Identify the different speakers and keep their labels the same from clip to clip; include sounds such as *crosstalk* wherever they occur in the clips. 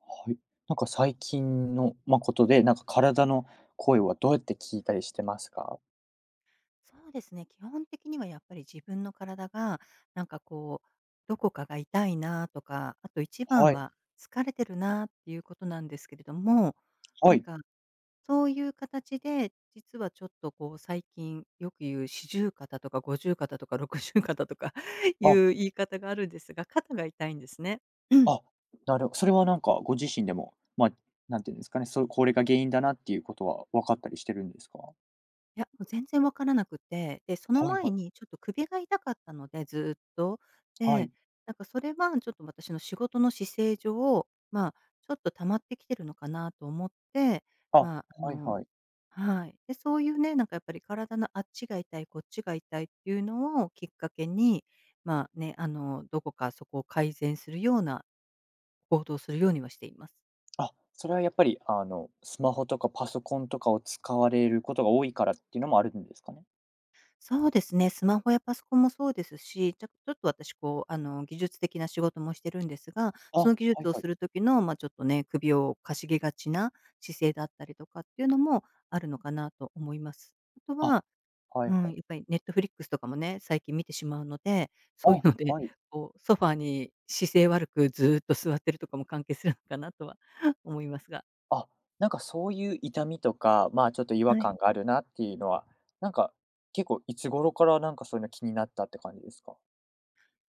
Speaker 1: はい。なんか最近の、ことで、なんか体の声はどうやって聞いたりしてますか？
Speaker 2: そうですね、基本的にはやっぱり自分の体が、なんかこう、どこかが痛いなとか、あと一番
Speaker 1: はい、
Speaker 2: は疲れてるなっていうことなんですけれども、な
Speaker 1: は
Speaker 2: ん
Speaker 1: い。
Speaker 2: かそういう形で、実はちょっとこう最近よく言う四十肩とか五十肩とか六十肩とか *laughs* い
Speaker 1: あ、
Speaker 2: う言い方があるんですが、肩が痛いんですね。
Speaker 1: あ、それはなんかご自身でも、何て言うんですかね、これが原因だなっていうことは分かったりしてるんですか？
Speaker 2: いや、もう全然分からなくて、で、その
Speaker 1: はい
Speaker 2: 前
Speaker 1: はい。
Speaker 2: にちょっと首が痛かったので、ずっと。
Speaker 1: は
Speaker 2: で、
Speaker 1: い。
Speaker 2: それはちょっと私の仕事の姿勢上、ちょっと溜まってきてるのかなと思って、
Speaker 1: あ、
Speaker 2: まあ、あ
Speaker 1: はい
Speaker 2: の
Speaker 1: はい。
Speaker 2: はい。で、そういうね、やっぱり体のあっちが痛い、こっちが痛いっていうのをきっかけに、どこかそこを改善するような行動をするようにはしています。
Speaker 1: あ、それはやっぱりスマホとかパソコンとかを使われることが多いからっていうのもあるんですかね？
Speaker 2: そうですね、スマホやパソコンもそうですし、ちょっと私こう、技術的な仕事もしてるんですが、
Speaker 1: あ、
Speaker 2: そ
Speaker 1: は
Speaker 2: の技術
Speaker 1: い
Speaker 2: を
Speaker 1: はい。
Speaker 2: する時の、ちょっとね、首をかしげがちな姿勢だったりとかっていうのもあるのかなと思います。あと
Speaker 1: あ、
Speaker 2: は、
Speaker 1: は
Speaker 2: う
Speaker 1: い
Speaker 2: ん、
Speaker 1: は
Speaker 2: や
Speaker 1: い。
Speaker 2: っぱりネットフリックスとかもね、最近見てしまうので、そうい
Speaker 1: あ、
Speaker 2: うので、
Speaker 1: はい。
Speaker 2: こうソファーに姿勢悪くずーっと座ってるとかも関係するのかなとは *laughs* 思いますが、
Speaker 1: あ、なんかそういう痛みとか、ちょっと違和
Speaker 2: はい。
Speaker 1: 感があるなっていうのは、なんか、結構いつ頃からなんかそういうの気になったって感じですか？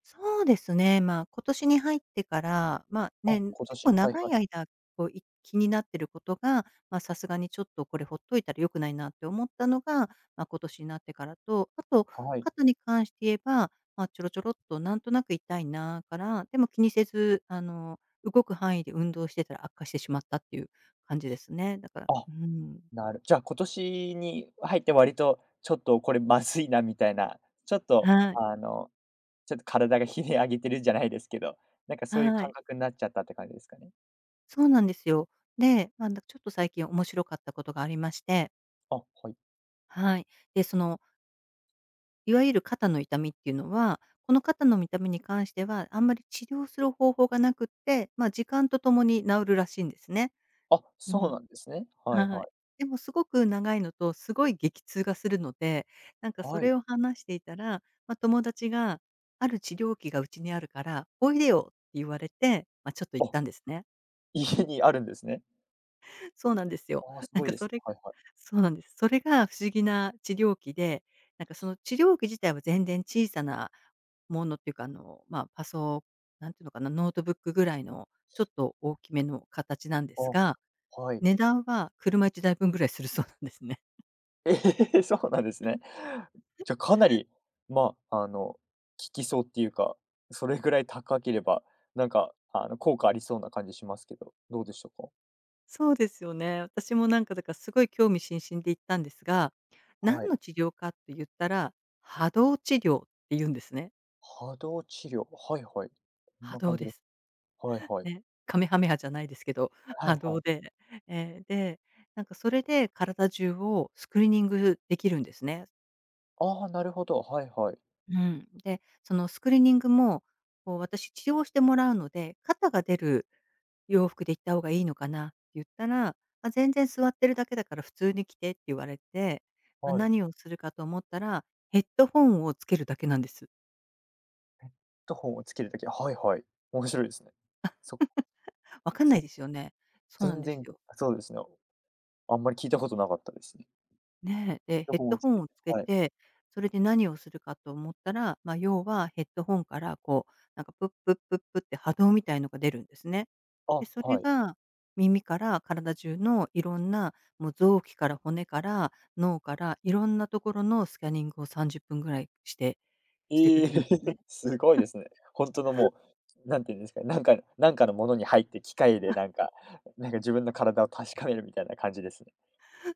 Speaker 2: そうですね、今年に入ってから、
Speaker 1: あ、
Speaker 2: 結
Speaker 1: 今
Speaker 2: 構
Speaker 1: 年、はい
Speaker 2: 長
Speaker 1: は
Speaker 2: い
Speaker 1: い。
Speaker 2: 間、気になってることが、さすがにちょっとこれほっといたら良くないなって思ったのが、今年になってからと、あと、
Speaker 1: はい。
Speaker 2: 肩に関して言えば、ちょろちょろっとなんとなく痛いなから、でも気にせず、動く範囲で運動してたら悪化してしまったっていう感じですね。だから、
Speaker 1: あ、
Speaker 2: うん。
Speaker 1: じゃあ今年に入って割とちょっとこれまずいなみたいな、ちょっと
Speaker 2: はい。
Speaker 1: あの、ちょっと体がひね上げてるじゃないですけど、なんかそういう
Speaker 2: は
Speaker 1: 感
Speaker 2: い。
Speaker 1: 覚になっちゃったって感じですかね？
Speaker 2: そうなんですよ。で、ちょっと最近面白かったことがありまして、
Speaker 1: あ、はい。
Speaker 2: はい。で、いわゆる肩の痛みっていうのは、この肩の痛みに関しては、あんまり治療する方法がなくって、時間とともに治るらしいんですね。
Speaker 1: あ、
Speaker 2: う
Speaker 1: そう
Speaker 2: ん、
Speaker 1: なんですね。はい
Speaker 2: は
Speaker 1: は
Speaker 2: い。
Speaker 1: い。
Speaker 2: でもすごく長いのと、すごい激痛がするので、そ
Speaker 1: はい。
Speaker 2: れを話していたら、友達が、ある治療器がうちにあるから、おいでよって言われて、ちょっと行っ
Speaker 1: あ、
Speaker 2: たんですね。
Speaker 1: 家にあるんですね。
Speaker 2: そうなんですよ。
Speaker 1: あ、
Speaker 2: *laughs*
Speaker 1: す
Speaker 2: なん
Speaker 1: ごい
Speaker 2: か
Speaker 1: で
Speaker 2: そ
Speaker 1: す。
Speaker 2: れが
Speaker 1: はいはい。
Speaker 2: そうなんです。それが不思議な治療器で、その治療器自体は全然小さなものっていうか、なんていうのかな、ノートブックぐらいのちょっと大きめの形なんです
Speaker 1: あ、
Speaker 2: が、
Speaker 1: はい。
Speaker 2: 値段は車1台分ぐらいするそうなんですね。
Speaker 1: ええ、*laughs* そうなんですね。じゃ、かなり、効きそうっていうか、それぐらい高ければ、効果ありそうな感じしますけど、どうでしょうか？
Speaker 2: *laughs* そうですよね。私もだからすごい興味津々で行ったんですが、何
Speaker 1: はい。
Speaker 2: の治療かって言ったら、波動治療って言うんですね。
Speaker 1: 波動治療、はいはい。こん
Speaker 2: 波
Speaker 1: な
Speaker 2: 動
Speaker 1: 感じ
Speaker 2: で
Speaker 1: です。
Speaker 2: す。
Speaker 1: はいはい。
Speaker 2: ね、カメハメハじゃないですけど、
Speaker 1: は
Speaker 2: 波
Speaker 1: いは
Speaker 2: 動
Speaker 1: い。
Speaker 2: で、ええ、で、それで体中をスクリーニングできるんですね。
Speaker 1: ああ、なるほど、はいはい。
Speaker 2: うん。で、そのスクリーニングも、こう私治療してもらうので、肩が出る洋服で行った方がいいのかなって言ったら、あ、全然座ってるだけだから普通に着てって言われて、
Speaker 1: はい。
Speaker 2: 何をするかと思ったら、ヘッドホンをつけるだけなんです。
Speaker 1: ヘッドホンをつけるとき、はいはい。面白いですね。そ
Speaker 2: わかんない
Speaker 1: そ
Speaker 2: ですよね。そうなん
Speaker 1: 全
Speaker 2: です
Speaker 1: 然、
Speaker 2: よ。
Speaker 1: そうですね。あんまり聞いたことなかったですね。
Speaker 2: ねえ、
Speaker 1: ヘッ
Speaker 2: で、
Speaker 1: ド
Speaker 2: ヘッ
Speaker 1: ホン
Speaker 2: ド
Speaker 1: をつ
Speaker 2: ホン
Speaker 1: けて、
Speaker 2: をつけ
Speaker 1: はい。
Speaker 2: て、それで何をするかと思ったら、要はヘッドホンからこう、プップップップって波動みたいのが出るんですね。
Speaker 1: あ、
Speaker 2: で、それ
Speaker 1: はい。
Speaker 2: が耳から体中のいろんな、もう臓器から骨から脳からいろんなところのスキャニングを30分ぐらいしてく
Speaker 1: え
Speaker 2: れ
Speaker 1: え
Speaker 2: るんですね。
Speaker 1: *laughs*、すごいですね。本当のもう、なんていうんですかね、なんか、なんかのものに入って、機械でなんか自分の体を確かめるみたいな感じですね。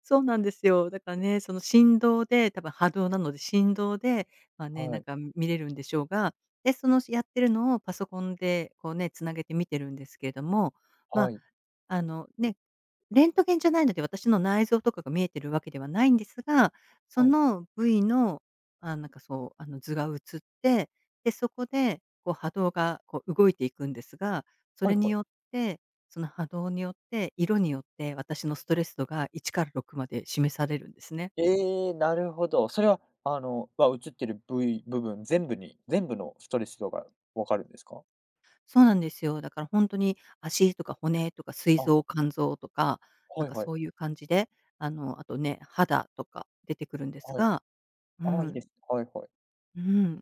Speaker 2: そうなんですよ。だからね、その振動で、多分波動なので振動で、
Speaker 1: はい、
Speaker 2: 見れるんでしょうが、で、そのやってるのをパソコンでこうね、繋げて見てるんですけれども、ま
Speaker 1: は
Speaker 2: あ
Speaker 1: い、
Speaker 2: あの、ね、レントゲンじゃないので、私の内臓とかが見えてるわけではないんですが、そ
Speaker 1: はい、
Speaker 2: の部位の、図が映って、で、そこで、こう波動がこう動いていくんですが、そ
Speaker 1: は
Speaker 2: れ
Speaker 1: い
Speaker 2: に
Speaker 1: は
Speaker 2: よっ
Speaker 1: い。
Speaker 2: て、その波動によって、色によって、私のストレス度が1から6まで示されるんですね。
Speaker 1: ええ、なるほど。それは、映ってる部位、部分全部に全部のストレス度がわかるんですか？
Speaker 2: そうなんですよ。だから本当に足とか骨とか膵
Speaker 1: あ、
Speaker 2: 臓、肝臓とか、
Speaker 1: はいはい、
Speaker 2: そういう感じで、あとね、肌とか出てくるんです
Speaker 1: はい。
Speaker 2: が、う
Speaker 1: ああ、いいで
Speaker 2: ん、
Speaker 1: すね。はいはい。
Speaker 2: うん。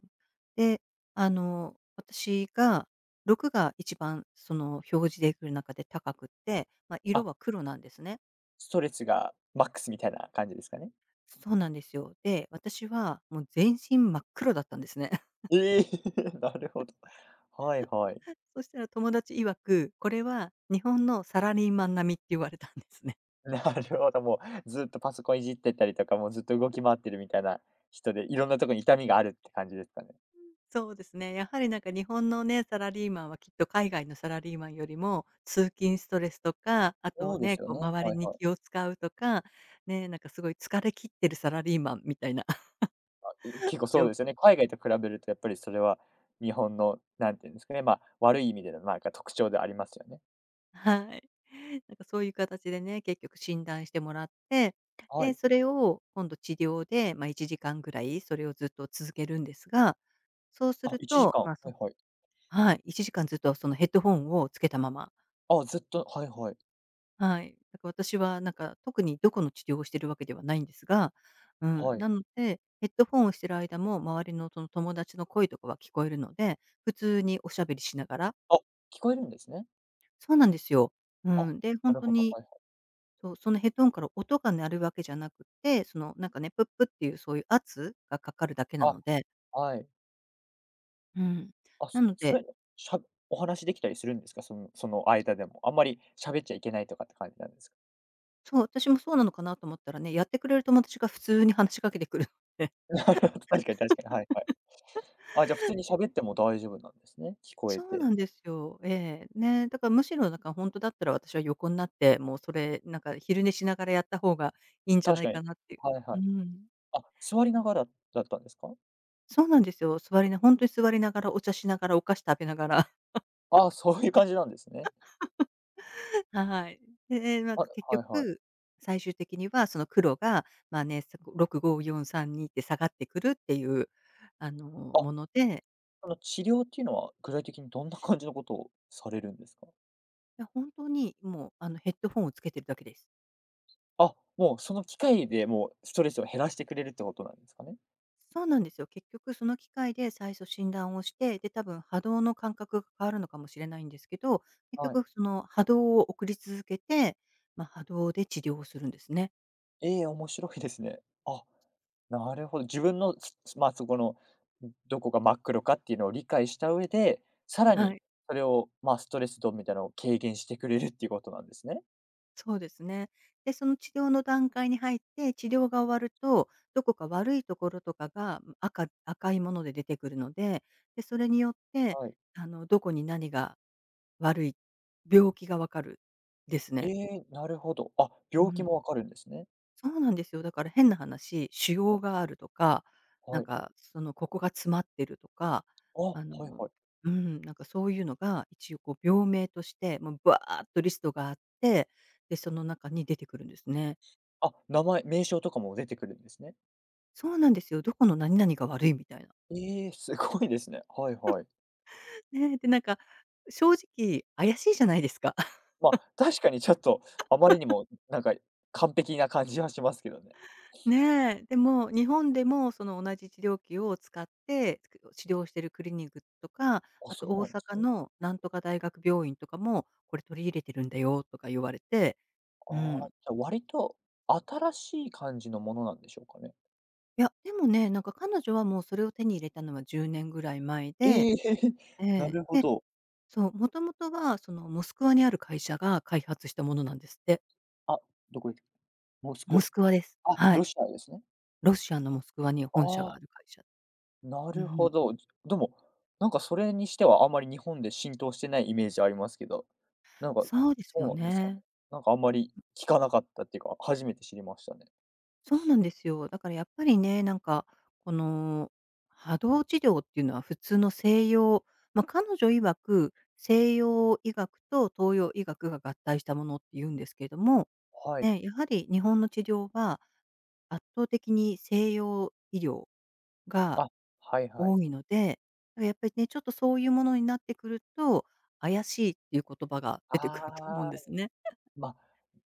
Speaker 2: で、私が6が一番その表示できる中で高くって、
Speaker 1: あ、
Speaker 2: 色は黒なんですね。
Speaker 1: ストレスがマックスみたいな感じですかね？
Speaker 2: そうなんですよ。で、私はもう全身真っ黒だったんですね。
Speaker 1: ええ *laughs*、なるほど。はいはい。
Speaker 2: *laughs* そしたら友達曰く、これは日本のサラリーマン並みって言われたんですね。
Speaker 1: *laughs*
Speaker 2: *laughs*
Speaker 1: なるほど、もうずっとパソコンいじってたりとか、もうずっと動き回ってるみたいな人で、いろんなとこに痛みがあるって感じですかね？
Speaker 2: そうですね、やはり日本のね、サラリーマンはきっと海外のサラリーマンよりも、通勤ストレスとか、あ
Speaker 1: そ
Speaker 2: と
Speaker 1: うで
Speaker 2: ね、
Speaker 1: すよ
Speaker 2: こう
Speaker 1: ね。
Speaker 2: 周り
Speaker 1: はい
Speaker 2: に
Speaker 1: はい。
Speaker 2: 気を使うとか、ね、すごい疲れ切ってるサラリーマンみたいな
Speaker 1: 結構そ
Speaker 2: 状
Speaker 1: うですよ
Speaker 2: 況
Speaker 1: ね。
Speaker 2: *laughs*
Speaker 1: 海外と比べるとやっぱりそれは日本の、なんていうんですかね、悪い意味でのなんか特徴でありますよね。
Speaker 2: はい。そういう形でね、結局診断してもらって、
Speaker 1: は
Speaker 2: で、
Speaker 1: い。
Speaker 2: それを今度治療で、1時間ぐらいそれをずっと続けるんですが、そうす
Speaker 1: あ、
Speaker 2: る
Speaker 1: 1
Speaker 2: と、
Speaker 1: 時間、は
Speaker 2: ま、そ
Speaker 1: いはい。
Speaker 2: はい、1時間ずっとそのヘッドホンをつけたまま、
Speaker 1: あ、ずっと、はいはい。
Speaker 2: はい。だから私は特にどこの治療をしてるわけではないんですが、うん、
Speaker 1: はい。
Speaker 2: なので、ヘッドホンをしてる間も周りのその友達の声とかは聞こえるので、普通におしゃべりしながら
Speaker 1: あ、聞こえるんですね。
Speaker 2: そうなんですよ。う
Speaker 1: あ、
Speaker 2: ん、で、
Speaker 1: な
Speaker 2: 本
Speaker 1: る
Speaker 2: 当
Speaker 1: ほど、
Speaker 2: に
Speaker 1: はいは
Speaker 2: そう、そのヘッドホンから音が鳴るわけじゃなくて、その、プップっていうそういう圧がかかる
Speaker 1: い。
Speaker 2: だけな
Speaker 1: あ、
Speaker 2: ので。
Speaker 1: はい。
Speaker 2: うん。
Speaker 1: あ、
Speaker 2: な
Speaker 1: そ
Speaker 2: の
Speaker 1: そ
Speaker 2: で、
Speaker 1: れ、しゃお話できたりするんですか？そのその間でも。あんまり喋っちゃいけないとかって感じなんですか？
Speaker 2: そう、私もそうなのかなと思ったらね、やってくれる友達が普通に話しかけてくるので。*laughs*
Speaker 1: *laughs* なるほど、確かに確かに、はいはい。あ、じゃあ普通に喋っても大丈夫なんですね、聞こえ
Speaker 2: そうな
Speaker 1: て。
Speaker 2: んですよ。ええ。ね、だから本当だったら私は横になって、もうそれ、昼寝しながらやった方がいいんじゃな
Speaker 1: 確
Speaker 2: い
Speaker 1: かに。
Speaker 2: かなっていう。
Speaker 1: はい
Speaker 2: う
Speaker 1: はい。
Speaker 2: ん。
Speaker 1: あ、座りながらだったんですか？
Speaker 2: そうなんですよ。座りな本当に座りながら、お茶しながら、お菓子食べながら。
Speaker 1: あ、そういう感じなんですね。
Speaker 2: はい。で、結
Speaker 1: はいはい。
Speaker 2: 局、最終的にはその黒が、まあね、6、5、4、3、2って下がってくるっていう、
Speaker 1: あ、
Speaker 2: もので、
Speaker 1: その治療っていうのは、具体的にどんな感じのことをされるんですか？
Speaker 2: いや本当にもう、ヘッドホンをつけてるだけです。
Speaker 1: あ、もうその機械でもうストレスを減らしてくれるってことなんですかね？
Speaker 2: そうなんですよ。結局その機械で最初診断をして、で、多分波動の感覚が変わるのかもしれないんですけど、結
Speaker 1: はい。
Speaker 2: 局その波動を送り続けて、波動で治療をするんですね。
Speaker 1: ええ、面白いですね。あ、なるほど。自分の、すすまそこの、どこが真っ黒かっていうのを理解した上で、さら
Speaker 2: は
Speaker 1: に
Speaker 2: い。
Speaker 1: それを、ストレス度みたいなのを軽減してくれるっていうことなんですね。
Speaker 2: そうですね。で、その治療の段階に入って、治療が終わると、どこか悪いところとかが赤いもので出てくるので、で、それによって、
Speaker 1: はい。
Speaker 2: どこに何が悪い、病気がわかるです
Speaker 1: え
Speaker 2: ね。
Speaker 1: え、なるほど。あ、
Speaker 2: う
Speaker 1: 病気
Speaker 2: ん。
Speaker 1: もわかるんですね。
Speaker 2: そうなんですよ。だから変な話、腫瘍
Speaker 1: あ、
Speaker 2: があるとか、なん
Speaker 1: はい。
Speaker 2: か、その、ここが詰まってるとか、
Speaker 1: あ、はい
Speaker 2: あの、
Speaker 1: はい。
Speaker 2: うん、なんかそういうのが一応こう病名として、もうバーっとリストがあって、で、その中に出てくるんですね。
Speaker 1: あ、名前、名称とかも出てくるんですね。
Speaker 2: そうなんですよ。どこの何々が悪いみたいな。
Speaker 1: ええ、すごいですね。はいはい。
Speaker 2: *laughs* ねえ、で、なんか、正直怪しいじゃないですか。*laughs*
Speaker 1: 確かにちょっとあまりにも、なんか、完璧な感じはしますけどね。
Speaker 2: ねえ。でも、日本でもその同じ治療器を使って、つく治療してるクリニックとか、
Speaker 1: あ、
Speaker 2: あと
Speaker 1: そう
Speaker 2: 大
Speaker 1: なんです
Speaker 2: 阪
Speaker 1: ね。
Speaker 2: のなんとか大学病院とかも、これ取り入れてるんだよとか言われて、
Speaker 1: あ
Speaker 2: う
Speaker 1: あ、
Speaker 2: ん。
Speaker 1: じゃ、割と新しい感じのものなんでしょうかね？
Speaker 2: いや、でもね、なんか彼女はもうそれを手に入れたのは10年ぐらい前で、
Speaker 1: ええ、*laughs*
Speaker 2: え
Speaker 1: な
Speaker 2: え、
Speaker 1: るほ
Speaker 2: で、
Speaker 1: ど。
Speaker 2: そう、もともとはそのモスクワにある会社が開発したものなんですって。
Speaker 1: あ、どこ行っモスク
Speaker 2: モ
Speaker 1: ワ。
Speaker 2: スクワです。
Speaker 1: あ、
Speaker 2: はい。
Speaker 1: ロシアですね。
Speaker 2: ロシアのモスクワに
Speaker 1: あ
Speaker 2: 本社があ
Speaker 1: あ、
Speaker 2: る会社。
Speaker 1: な
Speaker 2: う
Speaker 1: るほ
Speaker 2: ん。
Speaker 1: ど。でも、なんかそれにしてはあんまり日本で浸透してないイメージありますけど、なんか、
Speaker 2: そうです
Speaker 1: そう
Speaker 2: よ
Speaker 1: なんですかね。
Speaker 2: ね。
Speaker 1: なんかあんまり聞かなかったっていうか、初めて知りましたね。
Speaker 2: そうなんですよ。だからやっぱりね、なんか、この波動治療っていうのは普通の西洋、まあ、彼女曰く、西洋医学と東洋医学が合体したものって言うんですけれども、
Speaker 1: はい。
Speaker 2: ね、やはり日本の治療は圧倒的に西洋医療が
Speaker 1: あ、はいはい。
Speaker 2: 多いので、だからやっぱりね、ちょっとそういうものになってくると、怪しいっていう言葉が出てくると思うん
Speaker 1: ああ、
Speaker 2: ですね。
Speaker 1: まあ、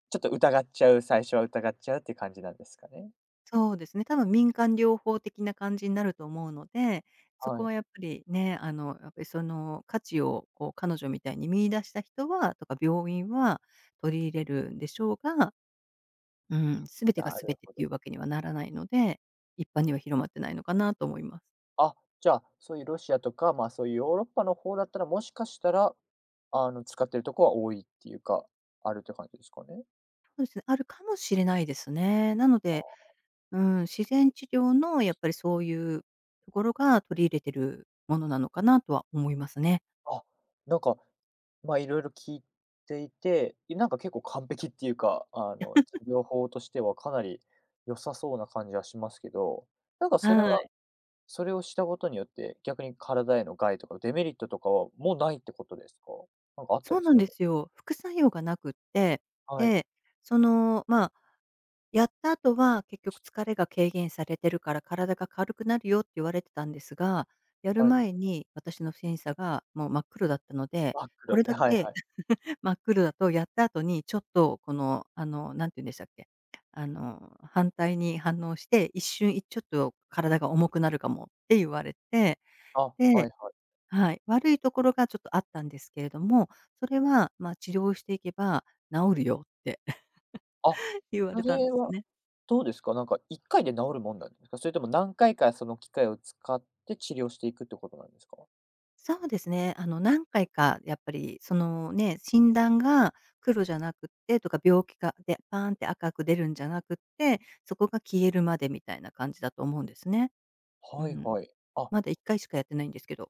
Speaker 1: ちょっと疑っちゃう、最初は疑っちゃうっていう感じなんですかね。
Speaker 2: そうですね、多分民間療法的な感じになると思うので、そ
Speaker 1: は
Speaker 2: こ
Speaker 1: い、
Speaker 2: はやっぱりね、やっぱりその価値をこう彼女みたいに見出した人はとか病院は取り入れるんでしょうが、うん、全てが
Speaker 1: な
Speaker 2: 全
Speaker 1: る
Speaker 2: て
Speaker 1: ほ
Speaker 2: ってい
Speaker 1: ど。
Speaker 2: うわけにはならないので、一般には広まってないのかなと思います。
Speaker 1: あ、じゃあ、そういうロシアとか、そういうヨーロッパの方だったら、もしかしたら、あの、使ってるとこは多いっていうか、あるって感じですかね？
Speaker 2: そうですね、あるかもしれないですね。なので、うん、自然治療のやっぱりそういうところが取り入れてるものなのかなとは思いますね。
Speaker 1: あ、なんか、いろいろ聞いていて、なんか結構完璧っていうか、あの、治療法としてはかなり良さそうな感じはしますけど、なんかそれ
Speaker 2: は
Speaker 1: は、
Speaker 2: い。
Speaker 1: それをしたことによって、逆に体への害とかデメリットとかは、もうないってことですか？なんかあった
Speaker 2: そう
Speaker 1: り
Speaker 2: な
Speaker 1: す
Speaker 2: ん
Speaker 1: るん
Speaker 2: で
Speaker 1: ですか？
Speaker 2: すよ。副作用がなくって、
Speaker 1: はい、
Speaker 2: で、その、まあ、やった後は結局疲れが軽減されてるから体が軽くなるよって言われてたんですが、やる
Speaker 1: はい。
Speaker 2: 前に私のセンサがもう真っ黒だったので、
Speaker 1: 真っ
Speaker 2: こ
Speaker 1: 暗
Speaker 2: れ
Speaker 1: で、
Speaker 2: だ
Speaker 1: はい
Speaker 2: け
Speaker 1: はい。
Speaker 2: *laughs* 真っ黒だとやった後にちょっとこの、あの、なんて言うんでしたっけ、反対に反応して、一瞬いちょっと体が重くなるかもって言われて、
Speaker 1: あ、はい
Speaker 2: で、
Speaker 1: はい。
Speaker 2: はい、悪いところがちょっとあったんですけれども、それは、まあ、治療していけば治るよって *laughs*
Speaker 1: あ、
Speaker 2: 言わ
Speaker 1: そ
Speaker 2: れたんで
Speaker 1: れ
Speaker 2: す
Speaker 1: は
Speaker 2: ね。
Speaker 1: どうですか？なんか1回で治るもんなんですか？それとも何回かその機械を使って治療していくってことなんですか？
Speaker 2: そうですね。何回か、やっぱり、そのね、診断が黒じゃなくってとか、病気が、で、パーンって赤く出るんじゃなくって、そこが消えるまでみたいな感じだと思うんですね。う
Speaker 1: はい
Speaker 2: ん。
Speaker 1: はい。あ、
Speaker 2: まだ1回しかやってないんですけど。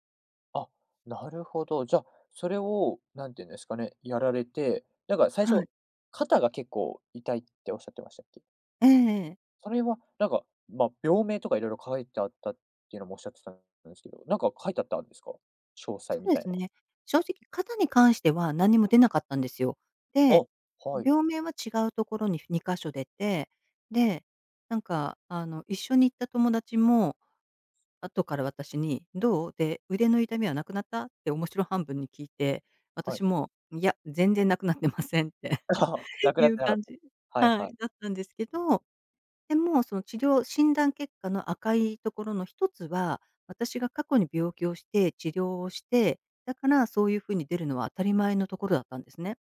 Speaker 1: あ、なるほど。じゃ、あ、それをなんていうんですかね、やられて、なんか最
Speaker 2: はい。
Speaker 1: 初、肩が結構痛いっておっしゃってましたっけ？
Speaker 2: えええ
Speaker 1: それはなんか、病名とかいろいろ書いてあったっていうのもおっしゃってたんですけど、なんか書いてあったんですか？詳
Speaker 2: そ
Speaker 1: 細
Speaker 2: う
Speaker 1: み
Speaker 2: で
Speaker 1: たい
Speaker 2: す
Speaker 1: な。
Speaker 2: ね。正直肩に関しては何も出なかったんですよ。で、
Speaker 1: あ、はい、
Speaker 2: 病名は違うところに2箇所出て、で、一緒に行った友達も後から私に「どう？」で「腕の痛みはなくなった？」って面白半分に聞いて、
Speaker 1: は
Speaker 2: 私
Speaker 1: い。
Speaker 2: も「いや、全然なくなってません」って
Speaker 1: *laughs*
Speaker 2: *laughs*
Speaker 1: なく
Speaker 2: い
Speaker 1: なっ
Speaker 2: う
Speaker 1: てなかっ
Speaker 2: 感じ、
Speaker 1: た。はい
Speaker 2: は
Speaker 1: はい。
Speaker 2: い、だったんですけど、でも、その治療診断結果の赤いところの一つは、私が過去に病気をして治療をして、だからそういうふうに出るのは当たり前のところだったんですね。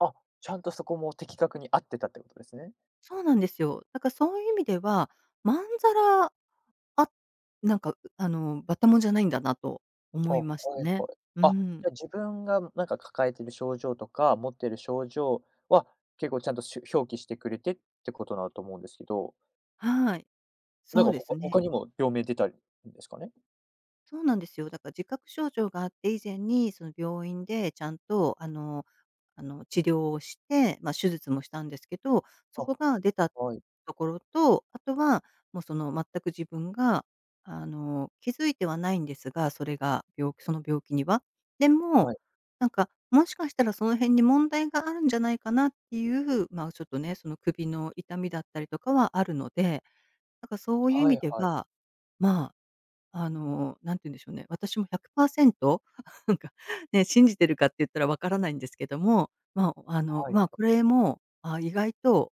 Speaker 1: あ、ちゃんとそこも的確に合ってたってことですね。
Speaker 2: そうなんですよ。だからそういう意味では、まんざら、あ、なんか、バったもんじゃないんだなと
Speaker 1: あ、
Speaker 2: 思い
Speaker 1: は
Speaker 2: ました
Speaker 1: い
Speaker 2: ね。
Speaker 1: はい。
Speaker 2: う
Speaker 1: あ、
Speaker 2: ん。
Speaker 1: じゃ、自分がなんか抱えてる症状とか、持ってる症状は、結構ちゃんと、表記してくれてってことだと思うんですけど、
Speaker 2: はい。
Speaker 1: な
Speaker 2: そ
Speaker 1: ん
Speaker 2: う
Speaker 1: か
Speaker 2: です
Speaker 1: 他
Speaker 2: ね。
Speaker 1: にも病名出たりですかね？
Speaker 2: そうなんですよ。だから自覚症状があって以前に、その病院でちゃんとあの治療をして、まあ、手術もしたんですけど、そ
Speaker 1: あ、
Speaker 2: こが出た
Speaker 1: はい、
Speaker 2: ところと、あとはもうその全く自分が気づいてはないんですが、それが病気その病気には。でも、
Speaker 1: はい。
Speaker 2: なんかもしかしたらその辺に問題があるんじゃないかなっていう、ま、ちょっとね、その首の痛みだったりとかはあるので、なんかそういう意
Speaker 1: は
Speaker 2: 味
Speaker 1: い
Speaker 2: で
Speaker 1: はい、
Speaker 2: は、まああの、何て言うんでしょうね、私も100% *laughs* なんかね、信じてるかって言ったらわからないんですけども、
Speaker 1: はい、
Speaker 2: これも、あ、意外と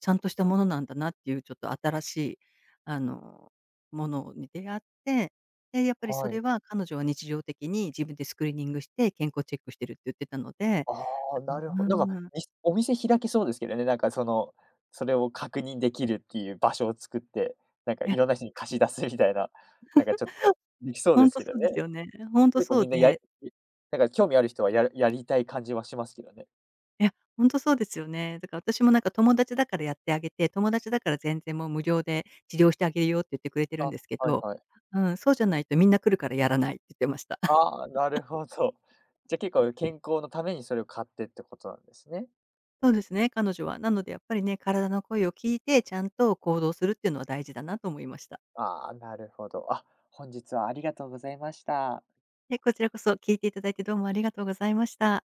Speaker 2: ちゃんとしたものなんだなっていうちょっと新しい、あの、ものに出会って、で、やっぱりそ
Speaker 1: は
Speaker 2: れ
Speaker 1: い。
Speaker 2: は彼女は日常的に自分でスクリーニングして健康チェックしてるって言ってたので、
Speaker 1: ああ、なるほ
Speaker 2: う
Speaker 1: なんか、
Speaker 2: ん、
Speaker 1: お店開けそうですけどね、なんかその、それを確認できるっていう場所を作って、なんか
Speaker 2: いや、
Speaker 1: いろんな人に貸し出すみたいな、なんかちょっとできそうで
Speaker 2: 本
Speaker 1: す
Speaker 2: 当
Speaker 1: け
Speaker 2: そ
Speaker 1: ど
Speaker 2: うで
Speaker 1: ね。
Speaker 2: すよね。本当
Speaker 1: 結構
Speaker 2: そう
Speaker 1: みんな
Speaker 2: で、
Speaker 1: なんか興味ある人はやりたい感じはしますけどね。
Speaker 2: いや、ほんとそうですよね。だから私もなんか友達だからやってあげて、友達だから全然もう無料で治療してあげるよって言ってくれてるん
Speaker 1: あ、
Speaker 2: ですけ
Speaker 1: はい
Speaker 2: ど、
Speaker 1: はい。
Speaker 2: うん、そうじゃないとみんな来るからやらないって言ってました。*laughs*
Speaker 1: ああ、なるほど。じゃ、結構健康のためにそれを買ってってことなんですね。
Speaker 2: そうですね、彼女は。なのでやっぱりね、体の声を聞いて、ちゃんと行動するっていうのは大事だなと思いました。
Speaker 1: ああ、なるほど。あ、本日はありがとうございました。
Speaker 2: で、こちらこそ聞いていただいてどうもありがとうございました。